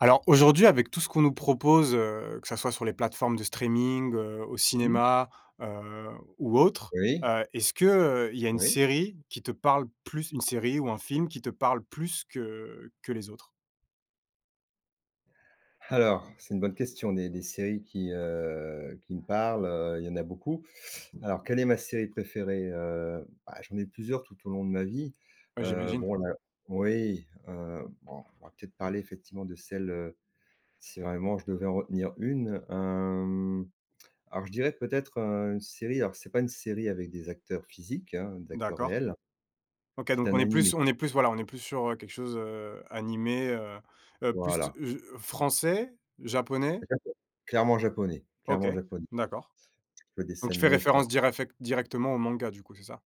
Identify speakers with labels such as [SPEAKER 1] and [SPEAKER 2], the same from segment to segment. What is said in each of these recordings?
[SPEAKER 1] Alors aujourd'hui, avec tout ce qu'on nous propose, que ça soit sur les plateformes de streaming, au
[SPEAKER 2] Mmh.
[SPEAKER 1] cinéma, heu, ou autre,
[SPEAKER 2] Oui,
[SPEAKER 1] heu, est-ce que, il y a une
[SPEAKER 2] oui.
[SPEAKER 1] série qui te parle plus, une série ou un film qui te parle plus que les autres?
[SPEAKER 2] Alors, c'est une bonne question. Des séries qui me parlent, il y en a beaucoup. Alors, quelle est ma série préférée? Bah, j'en ai plusieurs tout au long de ma vie.
[SPEAKER 1] Ouais, j'imagine.
[SPEAKER 2] Bon là oui, bon, on va peut-être parler effectivement de celle, si vraiment je devais en retenir une. Alors je dirais peut-être, une série, alors c'est pas une série avec des acteurs physiques, hein, des acteurs
[SPEAKER 1] D'accord.
[SPEAKER 2] réels.
[SPEAKER 1] OK,
[SPEAKER 2] C'est
[SPEAKER 1] donc
[SPEAKER 2] un
[SPEAKER 1] on est
[SPEAKER 2] animé,
[SPEAKER 1] plus on est plus voilà, on est plus sur, quelque chose, animé, plus,
[SPEAKER 2] voilà.
[SPEAKER 1] français? Japonais?
[SPEAKER 2] Japo Clairement japonais,
[SPEAKER 1] OK,
[SPEAKER 2] clairement japonais.
[SPEAKER 1] d'accord.
[SPEAKER 2] Le dessin
[SPEAKER 1] Donc il fait
[SPEAKER 2] animé fran
[SPEAKER 1] référence direffect directement au manga du coup, c'est ça?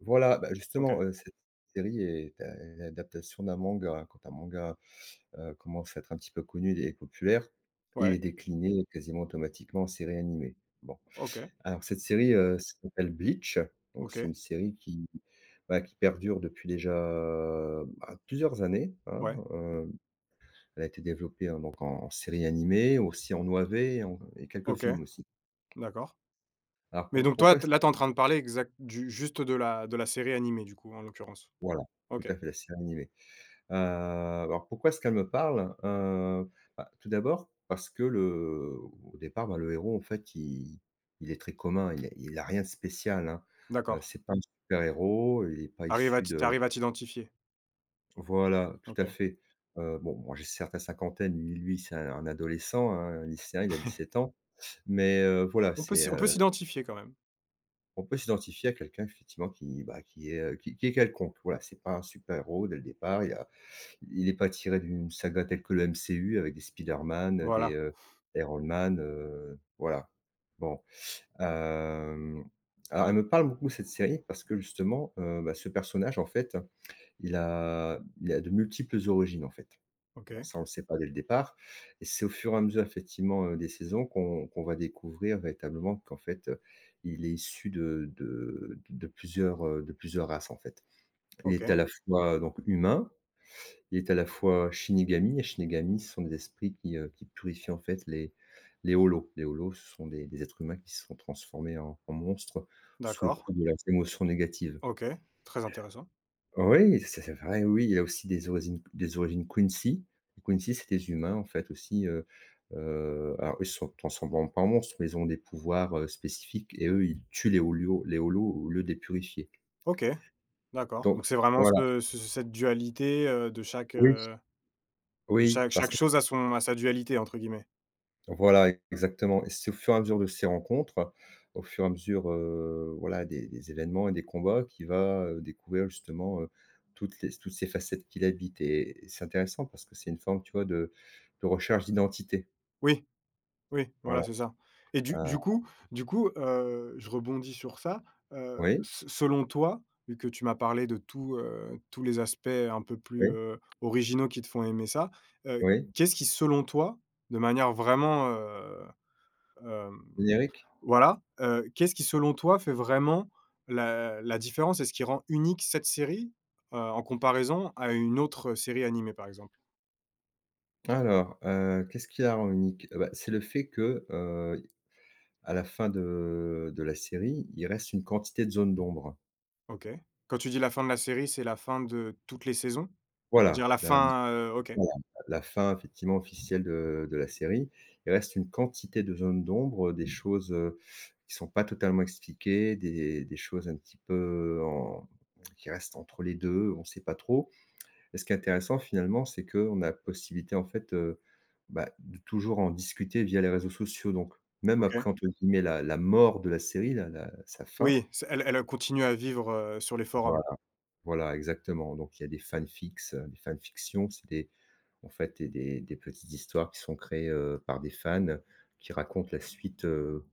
[SPEAKER 2] Voilà, bah, justement,
[SPEAKER 1] OK.
[SPEAKER 2] cette série est a l'adaptation d'un manga, hein. Quand un manga, commence à être un petit peu connu et populaire, il
[SPEAKER 1] Ouais.
[SPEAKER 2] est décliné quasiment automatiquement en série animée. Bon,
[SPEAKER 1] OK.
[SPEAKER 2] alors cette série, s'appelle Bleach, donc c'est
[SPEAKER 1] OK.
[SPEAKER 2] une série qui, bah, qui perdure depuis déjà, bah, plusieurs années, hein,
[SPEAKER 1] Ouais.
[SPEAKER 2] elle a été développée, hein, donc en en série animée, aussi en OAV et en quelques
[SPEAKER 1] OK.
[SPEAKER 2] films aussi.
[SPEAKER 1] D'accord.
[SPEAKER 2] Alors
[SPEAKER 1] Mais
[SPEAKER 2] pour
[SPEAKER 1] donc toi,
[SPEAKER 2] pourquoi c
[SPEAKER 1] t là, tu es en train de parler exact du juste de la série animée du coup, en l'occurrence?
[SPEAKER 2] Voilà, tout
[SPEAKER 1] OK,
[SPEAKER 2] à fait, la série animée. Alors pourquoi est-ce qu'elle me parle? Bah, tout d'abord parce que le au départ, bah, le héros en fait il est très commun, il a rien de spécial, hein.
[SPEAKER 1] d'accord.
[SPEAKER 2] C'est pas un, mmh, super héros, il est pas
[SPEAKER 1] Arrive à
[SPEAKER 2] issu
[SPEAKER 1] t tu
[SPEAKER 2] de
[SPEAKER 1] à t'identifier?
[SPEAKER 2] voilà, tout à
[SPEAKER 1] OK.
[SPEAKER 2] fait. Bon, moi j'ai certes la cinquantaine, lui c'est un adolescent, hein, un lycéen, il a 17 ans. Mais, voilà,
[SPEAKER 1] On peut
[SPEAKER 2] c'est,
[SPEAKER 1] s'y on peut
[SPEAKER 2] heu,
[SPEAKER 1] s'identifier quand même?
[SPEAKER 2] on peut s'identifier à quelqu'un effectivement qui, bah, qui est, qui est quelconque. Voilà, c'est pas un super héros dès le départ. Il n'est pas tiré d'une saga telle que le MCU avec des Spider-Man, des,
[SPEAKER 1] Voilà.
[SPEAKER 2] Iron Man, voilà. Bon, hem, alors elle me parle beaucoup cette série parce que justement, bah, ce personnage en fait, il a de multiples origines, en fait. Bon,
[SPEAKER 1] OK,
[SPEAKER 2] ça on le sait pas dès le départ et c'est au fur et à mesure effectivement, des saisons qu'on va découvrir véritablement qu'en fait, il est issu de de plusieurs, de plusieurs races en fait. Il est
[SPEAKER 1] OK,
[SPEAKER 2] à la fois donc humain, il est à la fois Shinigami, et Shinigami, ce sont des esprits qui purifient en fait les holos. Les holos, ce sont des êtres humains qui se sont transformés en en monstres sous le
[SPEAKER 1] d'accord.
[SPEAKER 2] coup de leurs émotions négatives.
[SPEAKER 1] OK, très intéressant.
[SPEAKER 2] Oui, c'est vrai, oui, il y a aussi des origines Quincy. Les Quincy, c'est des humains en fait aussi, alors ils se sont transforment pas en monstres, mais ils ont des pouvoirs, spécifiques, et eux, ils tuent les holos au lieu de les purifier.
[SPEAKER 1] OK, d'accord.
[SPEAKER 2] Donc
[SPEAKER 1] Donc c'est vraiment
[SPEAKER 2] voilà,
[SPEAKER 1] ce, cette dualité, de chaque,
[SPEAKER 2] oui,
[SPEAKER 1] de
[SPEAKER 2] oui,
[SPEAKER 1] chaque,
[SPEAKER 2] parce
[SPEAKER 1] chaque
[SPEAKER 2] que
[SPEAKER 1] chose a son a sa «dualité» entre guillemets?
[SPEAKER 2] voilà, exactement, et c'est au fur et à mesure de ces rencontres, au fur et à mesure, voilà, des événements et des combats qu'il va, découvrir justement, toutes les toutes ces facettes qu'il habite, et c'est intéressant parce que c'est une forme, tu vois, de recherche d'identité.
[SPEAKER 1] Oui. Oui,
[SPEAKER 2] Voilà,
[SPEAKER 1] voilà, c'est ça, et du
[SPEAKER 2] heu,
[SPEAKER 1] du coup du coup, je rebondis sur ça,
[SPEAKER 2] oui,
[SPEAKER 1] s selon toi, vu que tu m'as parlé de tout, tous les aspects un peu plus,
[SPEAKER 2] oui,
[SPEAKER 1] originaux qui te font aimer ça, heu,
[SPEAKER 2] oui,
[SPEAKER 1] qu'est-ce qui, selon toi, de manière vraiment, hem,
[SPEAKER 2] générique?
[SPEAKER 1] voilà, qu'est-ce qui, selon toi, fait vraiment la différence et ce qui rend unique cette série, en comparaison à une autre série animée, par exemple?
[SPEAKER 2] Alors, qu'est-ce qui la rend unique? Bah, c'est le fait que, à la fin de la série, il reste une quantité de zones d'ombre.
[SPEAKER 1] OK. Quand tu dis la fin de la série, c'est la fin de toutes les saisons?
[SPEAKER 2] Voilà.
[SPEAKER 1] Dire la fin, OK,
[SPEAKER 2] Voilà, la fin effectivement officielle de la série. Il reste une quantité de zones d'ombre, des choses, qui sont pas totalement expliquées, des choses un petit peu en qui restent entre les 2. On sait pas trop. Et ce qui est intéressant finalement, c'est qu'on a possibilité en fait, bah, de toujours en discuter via les réseaux sociaux. Donc même
[SPEAKER 1] OK.
[SPEAKER 2] après, entre guillemets, «la mort» de la série, la sa fin
[SPEAKER 1] Oui, c'est, elle, elle continue à vivre, sur les
[SPEAKER 2] voilà,
[SPEAKER 1] forums.
[SPEAKER 2] voilà exactement. Donc il y a des fanfics, des fanfictions, c'est des, en fait, et des petites histoires qui sont créées, par des fans qui racontent la suite,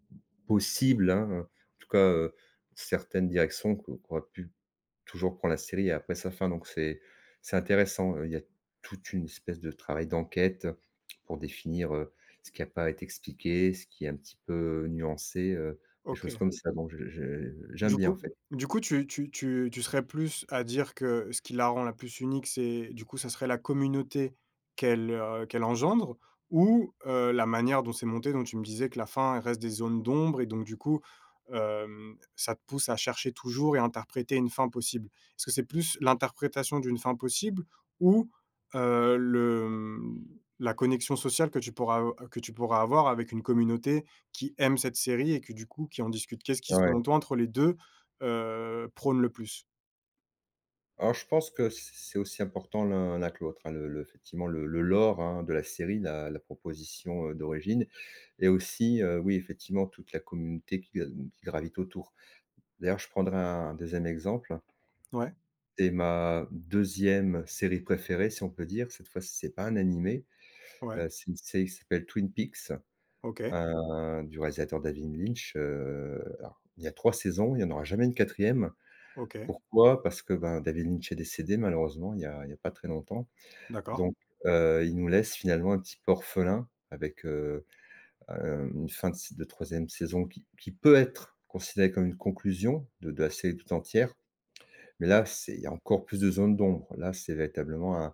[SPEAKER 2] possible, hein. Hein. En tout cas, certaines directions qu'aura pu toujours prendre la série après sa fin, donc c'est intéressant, il y a toute une espèce de travail d'enquête pour définir, ce qui a pas été expliqué, ce qui est un petit peu nuancé, des
[SPEAKER 1] OK.
[SPEAKER 2] choses comme ça, donc je j'aime
[SPEAKER 1] Du
[SPEAKER 2] bien, en
[SPEAKER 1] coup
[SPEAKER 2] fait.
[SPEAKER 1] du coup, tu serais plus à dire que ce qui la rend la plus unique, c'est, du coup, ça serait la communauté qu'elle, qu'elle engendre, ou, la manière dont c'est monté, dont tu me disais que la fin, elle reste des zones d'ombre et donc du coup, ça te pousse à chercher toujours et à interpréter une fin possible? Est-ce que c'est plus l'interprétation d'une fin possible, ou, heu, le, mmh, la connexion sociale que tu pourras avoir avec une communauté qui aiment cette série et que, du coup, qui en discutent. Qu'est-ce qui,
[SPEAKER 2] Ouais. Ouais.
[SPEAKER 1] selon toi, entre les deux, prône le plus?
[SPEAKER 2] Alors je pense que c'est aussi important l'un que l'autre, hein. Le effectivement le lore, hein, de la série, la proposition, d'origine, et aussi, oui, effectivement, toute la communauté qui gravite autour. D'ailleurs, je prendrai un deuxième exemple,
[SPEAKER 1] Ouais,
[SPEAKER 2] c'est ma deuxième série préférée, si on peut dire. Cette fois c'est pas un animé,
[SPEAKER 1] ouais,
[SPEAKER 2] c'est une série qui s'appelle Twin Peaks,
[SPEAKER 1] OK,
[SPEAKER 2] du réalisateur David Lynch, alors il y a 3 saisons, il y en aura jamais une quatrième.
[SPEAKER 1] OK,
[SPEAKER 2] Pourquoi? Parce que, ben, David Lynch est décédé malheureusement il y a pas très longtemps.
[SPEAKER 1] d'accord.
[SPEAKER 2] Donc, il nous laisse finalement un petit peu orphelins avec, une fin de 3 saison qui peut être considérée comme une conclusion de la série tout entière. Mais là, c'est il y a encore plus de zones d'ombre. Là, c'est véritablement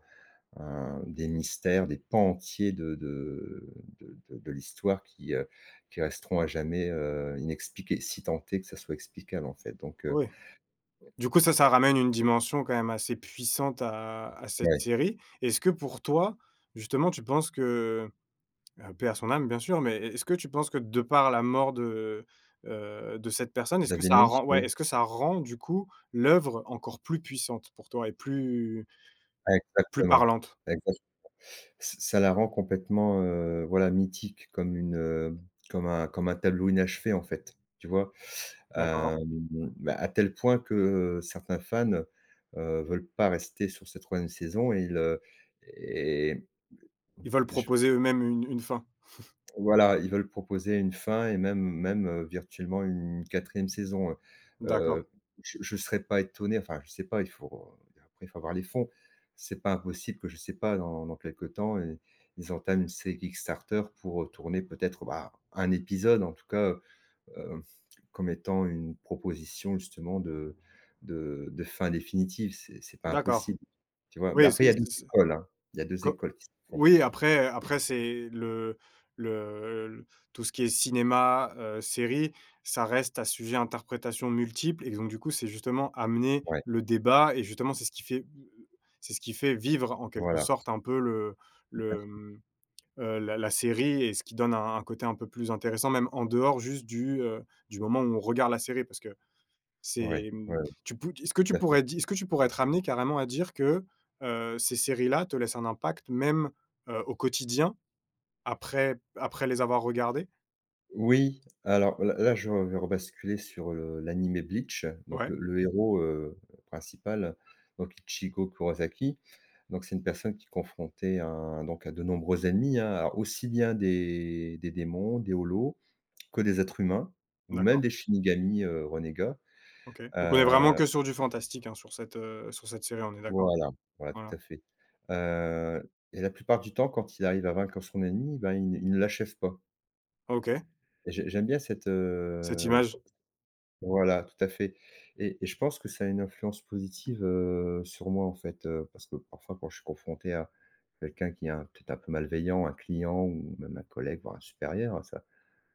[SPEAKER 2] un des mystères, des pans entiers de l'histoire qui resteront à jamais, inexpliqués, si tant que ça soit explicable, en fait. Donc,
[SPEAKER 1] Oui. Du coup, ça ça ramène une dimension quand même assez puissante à cette
[SPEAKER 2] ouais,
[SPEAKER 1] série. Est-ce que pour toi, justement, tu penses que, paix à son âme, bien sûr, mais est ce que tu penses que, de par la mort de cette personne, est-ce que
[SPEAKER 2] David
[SPEAKER 1] ça
[SPEAKER 2] Lynch,
[SPEAKER 1] rend, ouais,
[SPEAKER 2] oui,
[SPEAKER 1] est-ce que ça rend, du coup, l'œuvre encore plus puissante pour toi et plus,
[SPEAKER 2] ah,
[SPEAKER 1] plus
[SPEAKER 2] exactement.
[SPEAKER 1] parlante?
[SPEAKER 2] Exactement. Ç Ça la rend complètement, voilà, mythique, comme une, comme un tableau inachevé, en fait, tu vois?
[SPEAKER 1] D'accord.
[SPEAKER 2] Hem, Bah, à tel point que, certains fans, veulent pas rester sur cette troisième saison et ils, et
[SPEAKER 1] Ils veulent proposer eux-mêmes une fin.
[SPEAKER 2] voilà, ils veulent proposer une fin, et même, virtuellement une quatrième saison,
[SPEAKER 1] D'accord,
[SPEAKER 2] je ne serais pas étonné, enfin, je sais pas, il faut, après, il faut avoir les fonds. C'est pas impossible que, je sais pas, dans quelque temps, i ils entament une série Kickstarter pour tourner peut-être, bah, un épisode, en tout cas, heu, comme étant une proposition justement de de fin définitive. C'est pas
[SPEAKER 1] d'accord.
[SPEAKER 2] impossible, tu vois?
[SPEAKER 1] Oui,
[SPEAKER 2] Mais
[SPEAKER 1] est-ce
[SPEAKER 2] après, il
[SPEAKER 1] que
[SPEAKER 2] y a 2
[SPEAKER 1] c'est
[SPEAKER 2] écoles, hein, il y a 2
[SPEAKER 1] co
[SPEAKER 2] écoles qui s'affrontent.
[SPEAKER 1] oui, après c'est le l tout ce qui est cinéma, série, ça reste à sujet à interprétation multiple et donc, du coup, c'est justement amener
[SPEAKER 2] Ouais,
[SPEAKER 1] le débat et justement, c'est ce qui fait, c'est ce qui fait vivre, en quelque
[SPEAKER 2] voilà,
[SPEAKER 1] sorte, un peu le,
[SPEAKER 2] tout à
[SPEAKER 1] le,
[SPEAKER 2] f
[SPEAKER 1] mmh, la la série et ce qui donne un côté un peu plus intéressant, même en dehors juste du moment où on regarde la série parce que
[SPEAKER 2] ouais,
[SPEAKER 1] c'est, mmh,
[SPEAKER 2] ouais,
[SPEAKER 1] tu pou est-ce que
[SPEAKER 2] tout
[SPEAKER 1] tu
[SPEAKER 2] à.
[SPEAKER 1] pourrais di est-ce que tu pourrais être ramener carrément à dire que, ces séries-là te laissent un impact même, au quotidien, après les avoir regardées?
[SPEAKER 2] Oui, alors là je vais rebasculer sur le l'animé Bleach, donc
[SPEAKER 1] Ouais,
[SPEAKER 2] le héros, principal, donc Ichigo Kurosaki. Donc c'est une personne qui est confrontée à donc à de nombreux ennemis, hein, alors aussi bien des démons, des holos, que des êtres humains ou même
[SPEAKER 1] d'accord,
[SPEAKER 2] des Shinigami, renégats.
[SPEAKER 1] OK. Donc on est vraiment
[SPEAKER 2] Heu,
[SPEAKER 1] que sur du fantastique, hein, sur cette série, on est d'accord?
[SPEAKER 2] voilà, voilà,
[SPEAKER 1] Voilà.
[SPEAKER 2] tout à fait. Et la plupart du temps, quand il arrive à vaincre son ennemi, ben, il ne l'achève pas,
[SPEAKER 1] OK,
[SPEAKER 2] et j'aime bien cette,
[SPEAKER 1] cette image.
[SPEAKER 2] voilà, tout à fait. Et je pense que ça a une influence positive, sur moi, en fait, parce que parfois quand je suis confronté à quelqu'un qui est un peut-être un peu malveillant, un client ou même un collègue, voire un supérieur, hein, ça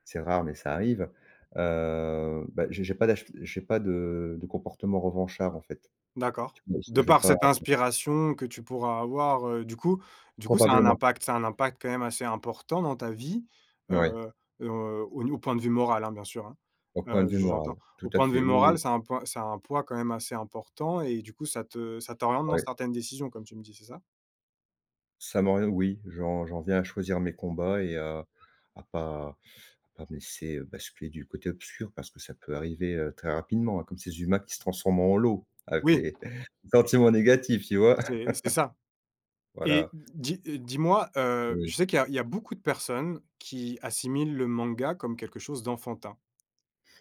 [SPEAKER 2] c'est rare mais ça arrive, bah, j'ai pas de de comportement revanchard, en fait.
[SPEAKER 1] D'accord.
[SPEAKER 2] Tu vois? Je
[SPEAKER 1] De
[SPEAKER 2] je vais
[SPEAKER 1] par
[SPEAKER 2] pas
[SPEAKER 1] cette inspiration que tu pourras avoir, du coup, ça a un
[SPEAKER 2] probablement.
[SPEAKER 1] impact, ça a un impact quand même assez important dans ta vie,
[SPEAKER 2] Oui.
[SPEAKER 1] heu au au point de vue moral, hein, bien sûr, hein.
[SPEAKER 2] Au point de vue moral,
[SPEAKER 1] J'entends.
[SPEAKER 2] tout
[SPEAKER 1] Au
[SPEAKER 2] à
[SPEAKER 1] point de vue
[SPEAKER 2] fait, oui,
[SPEAKER 1] moral,
[SPEAKER 2] oui,
[SPEAKER 1] ça a un poids, ça a un poids quand même assez important et du coup, ça te, ça t'oriente dans
[SPEAKER 2] ouais.
[SPEAKER 1] certaines décisions, comme tu me dis, c'est ça?
[SPEAKER 2] Ça m'orient Oui, j'en viens à choisir mes combats et à pas, ah mais c'est, basculer du côté obscur, parce que ça peut arriver, très rapidement, hein, comme ces humains qui se transforment en lot avec
[SPEAKER 1] Oui,
[SPEAKER 2] les sentiments négatifs, tu vois?
[SPEAKER 1] c'est ça, et
[SPEAKER 2] Voilà,
[SPEAKER 1] dis dis-moi,
[SPEAKER 2] oui.
[SPEAKER 1] je sais qu'il y a, il y a beaucoup de personnes qui assimilent le manga comme quelque chose d'enfantin.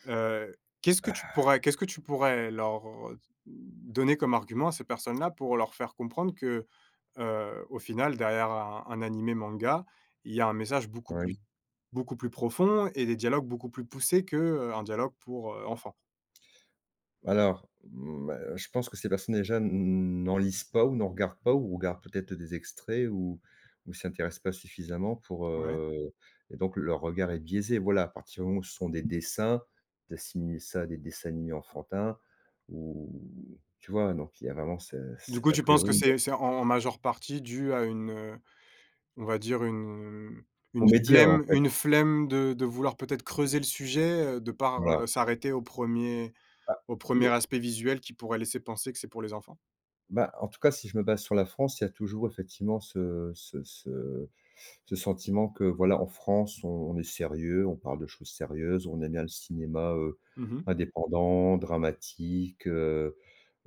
[SPEAKER 1] Heu, qu'est-ce que tu pourrais, qu'est-ce que tu pourrais leur donner comme argument à ces personnes-là pour leur faire comprendre que, au final, derrière un animé manga, il y a un message beaucoup plus,
[SPEAKER 2] Oui.
[SPEAKER 1] beaucoup plus profond et des dialogues beaucoup plus poussés que, un dialogue pour, enfants?
[SPEAKER 2] Alors, je pense que ces personnes déjà n'en lisent pas, ou n'en regardent pas, ou regardent peut-être des extraits, ou s'intéressent pas suffisamment pour,
[SPEAKER 1] Ouais.
[SPEAKER 2] et donc leur regard est biaisé. Voilà, à partir du moment où ce sont des dessins, d'assimiler ça à des dessins animés enfantins, ou tu vois? Donc il y a vraiment ce
[SPEAKER 1] Du
[SPEAKER 2] cet
[SPEAKER 1] coup,
[SPEAKER 2] a
[SPEAKER 1] tu penses que
[SPEAKER 2] priori.
[SPEAKER 1] c'est en en majeure partie dû à une, on va dire une,
[SPEAKER 2] Aux
[SPEAKER 1] une
[SPEAKER 2] médias, en
[SPEAKER 1] flemme
[SPEAKER 2] fait,
[SPEAKER 1] une flemme de vouloir peut-être creuser le sujet, de par,
[SPEAKER 2] voilà.
[SPEAKER 1] s'arrêter
[SPEAKER 2] Bah,
[SPEAKER 1] au premier
[SPEAKER 2] mais
[SPEAKER 1] aspect visuel qui pourrait laisser penser que c'est pour les enfants?
[SPEAKER 2] bah, en tout cas, si je me base sur la France, il y a toujours effectivement ce sentiment que, voilà, en France, on est sérieux, on parle de choses sérieuses, on aime bien le cinéma,
[SPEAKER 1] Mmh mh.
[SPEAKER 2] indépendant, dramatique, heu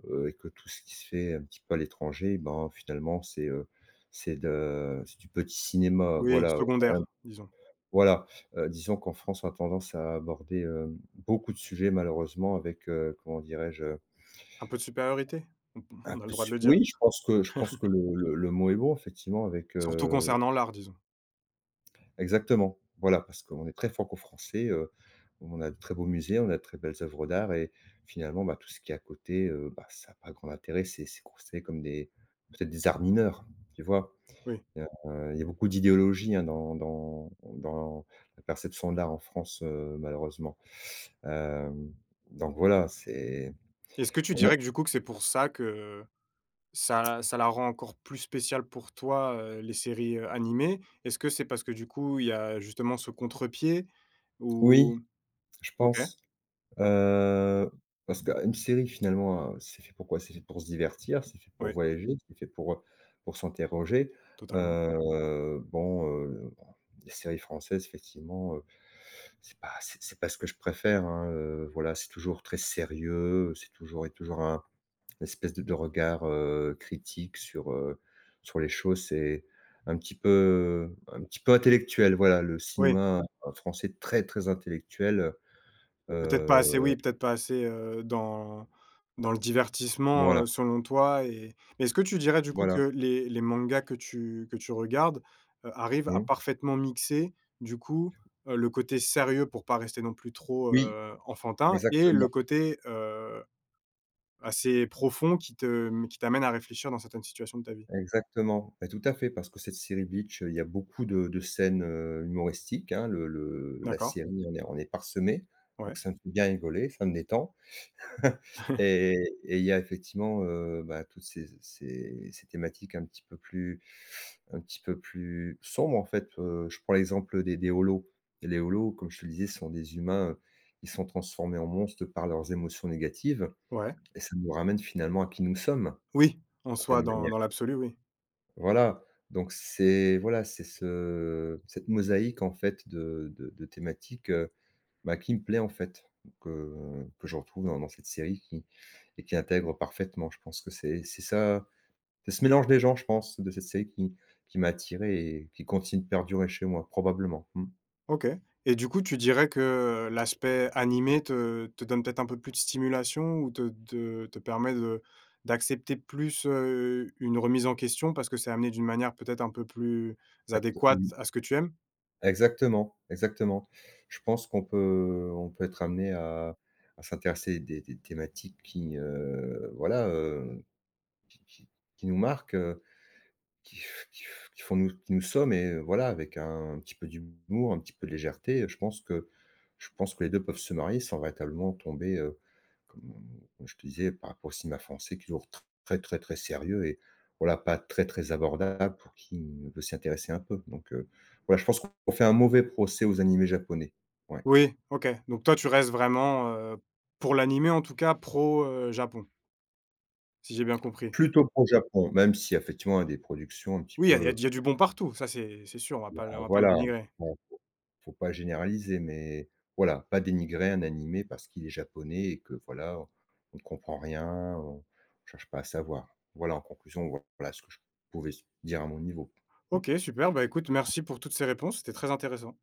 [SPEAKER 2] heu, et que tout ce qui se fait un petit peu à l'étranger, eh ben, finalement, c'est, c'est de c'est du petit cinéma,
[SPEAKER 1] Oui,
[SPEAKER 2] voilà,
[SPEAKER 1] secondaire,
[SPEAKER 2] hem,
[SPEAKER 1] disons.
[SPEAKER 2] voilà. Disons qu'en France, on a tendance à aborder, beaucoup de sujets malheureusement avec, comment dirais-je?
[SPEAKER 1] Un peu de supériorité?
[SPEAKER 2] Ah
[SPEAKER 1] On a le
[SPEAKER 2] peu
[SPEAKER 1] droit de
[SPEAKER 2] su
[SPEAKER 1] le dire.
[SPEAKER 2] Oui, je pense que le mot est bon effectivement avec,
[SPEAKER 1] Surtout concernant l'art, disons.
[SPEAKER 2] exactement. Voilà, parce qu'on est très franco-français, on a de très beaux musées, on a de très belles œuvres d'art et finalement, bah, tout ce qui est à côté, bah, ça a pas grand intérêt, c'est considéré comme des peut-être des arts mineurs, tu vois?
[SPEAKER 1] Oui.
[SPEAKER 2] Heu, il y a beaucoup d'idéologie, hein, dans la perception de l'art en France, malheureusement. Hem, donc voilà, c'est
[SPEAKER 1] Est-ce que tu
[SPEAKER 2] on a
[SPEAKER 1] dirais, que du coup, que c'est pour ça que ça ça la rend encore plus spéciale pour toi, les séries, animées? Est-ce que c'est parce que, du coup, il y a justement ce contre-pied?
[SPEAKER 2] oui,
[SPEAKER 1] Ou
[SPEAKER 2] je
[SPEAKER 1] OK,
[SPEAKER 2] pense. Heu, Parce qu'une série finalement, c'est fait pour quoi? C'est fait pour se divertir, c'est fait pour
[SPEAKER 1] oui,
[SPEAKER 2] voyager, c'est fait pour s'interroger.
[SPEAKER 1] totalement.
[SPEAKER 2] Bon, les séries françaises effectivement, c'est pas ce que je préfère, hein, voilà, c'est toujours très sérieux, c'est toujours il y a toujours un une espèce de regard, critique sur, sur les choses. C'est un petit peu intellectuel, voilà, le
[SPEAKER 1] Oui.
[SPEAKER 2] cinéma, français très, très intellectuel,
[SPEAKER 1] Peut-être pas assez,
[SPEAKER 2] heu,
[SPEAKER 1] oui, peut-être pas assez, dans dans le divertissement,
[SPEAKER 2] voilà.
[SPEAKER 1] selon toi, et mais est-ce que tu dirais, du coup,
[SPEAKER 2] Voilà.
[SPEAKER 1] que les mangas que tu regardes, arrivent à
[SPEAKER 2] Mmh.
[SPEAKER 1] parfaitement mixer, du coup, le côté sérieux pour pas rester non plus trop,
[SPEAKER 2] Oui,
[SPEAKER 1] enfantin et
[SPEAKER 2] exactement,
[SPEAKER 1] le côté, assez profond qui te, qui t'amène à réfléchir dans certaines situations de ta vie?
[SPEAKER 2] exactement. Bah, tout à fait, parce que cette série Bleach, il y a beaucoup de scènes, humoristiques, hein. Le la
[SPEAKER 1] D'accord,
[SPEAKER 2] série on est parsemé,
[SPEAKER 1] ouais.
[SPEAKER 2] donc ça me fait bien rigoler, ça me détend et et il y a effectivement, bah, toutes ces ces thématiques un petit peu plus un petit peu plus sombres, en fait. Je prends l'exemple des Holos. Et Les Holos, comme je te le disais, sont des humains, ils sont transformés en monstres par leurs émotions négatives
[SPEAKER 1] Ouais.
[SPEAKER 2] et ça nous ramène finalement à qui nous sommes.
[SPEAKER 1] Oui, en soi,
[SPEAKER 2] Certaine
[SPEAKER 1] dans
[SPEAKER 2] manière.
[SPEAKER 1] dans l'absolu, oui.
[SPEAKER 2] Voilà, donc c'est voilà, c'est ce cette mosaïque en fait de thématiques, bah, qui me plaît en fait, que je retrouve dans cette série qui et qui intègre parfaitement. Je pense que c'est ça, c'est ce mélange des gens, je pense, de cette série qui m'a attiré et qui continue de perdurer chez moi, probablement. Mmh.
[SPEAKER 1] OK, et du coup, tu dirais que l'aspect animé te, te donne peut-être un peu plus de stimulation ou te, te permet de d'accepter plus, une remise en question parce que c'est amené d'une manière peut-être un peu plus
[SPEAKER 2] Exact
[SPEAKER 1] adéquate
[SPEAKER 2] oui.
[SPEAKER 1] à ce que tu aimes?
[SPEAKER 2] Exactement, exactement. Je pense qu'on peut on peut être amené à s'intéresser des thématiques qui, voilà, euh, qui qui nous marquent, qui font nous qui nous sommes et voilà, avec un petit peu d'humour, un petit peu de légèreté, je pense que les 2 peuvent se marier sans véritablement tomber, comme comme je te disais, par rapport au cinéma français, qui est toujours très, très, très sérieux et voilà, pas très, très abordable pour qui ne veut s'y intéresser un peu. Voilà, je pense qu'on fait un mauvais procès aux animés japonais. Ouais.
[SPEAKER 1] Oui, OK, donc toi, tu restes vraiment, pour l'animé en tout cas, pro, Japon, si j'ai bien compris?
[SPEAKER 2] Plutôt pour le Japon, même si effectivement, il y a des productions un petit
[SPEAKER 1] Oui, il y a, il y a
[SPEAKER 2] peu,
[SPEAKER 1] il y a du bon partout, ça c'est sûr, on va
[SPEAKER 2] il y
[SPEAKER 1] pas le
[SPEAKER 2] a
[SPEAKER 1] on va pas le
[SPEAKER 2] voilà,
[SPEAKER 1] dénigrer.
[SPEAKER 2] bon, faut pas généraliser, mais voilà, pas dénigrer un animé parce qu'il est japonais et que voilà, on ne comprend rien, on cherche pas à savoir. Voilà, en conclusion, voilà ce que je pouvais s dire à mon niveau. Mmh.
[SPEAKER 1] OK, super, bah, écoute, merci pour toutes ces réponses, c'était très intéressant.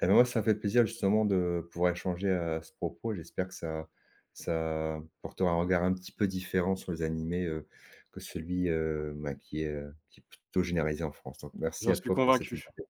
[SPEAKER 2] Et ben, moi, ça me fait plaisir justement de pouvoir échanger à ce propos. J'espère que ça ça portera un regard un petit peu différent sur les animés, que celui, bah, qui est plutôt généralisé en France. Donc merci
[SPEAKER 1] J'en
[SPEAKER 2] à
[SPEAKER 1] suis
[SPEAKER 2] toi pour cette
[SPEAKER 1] convaincu.
[SPEAKER 2] liberté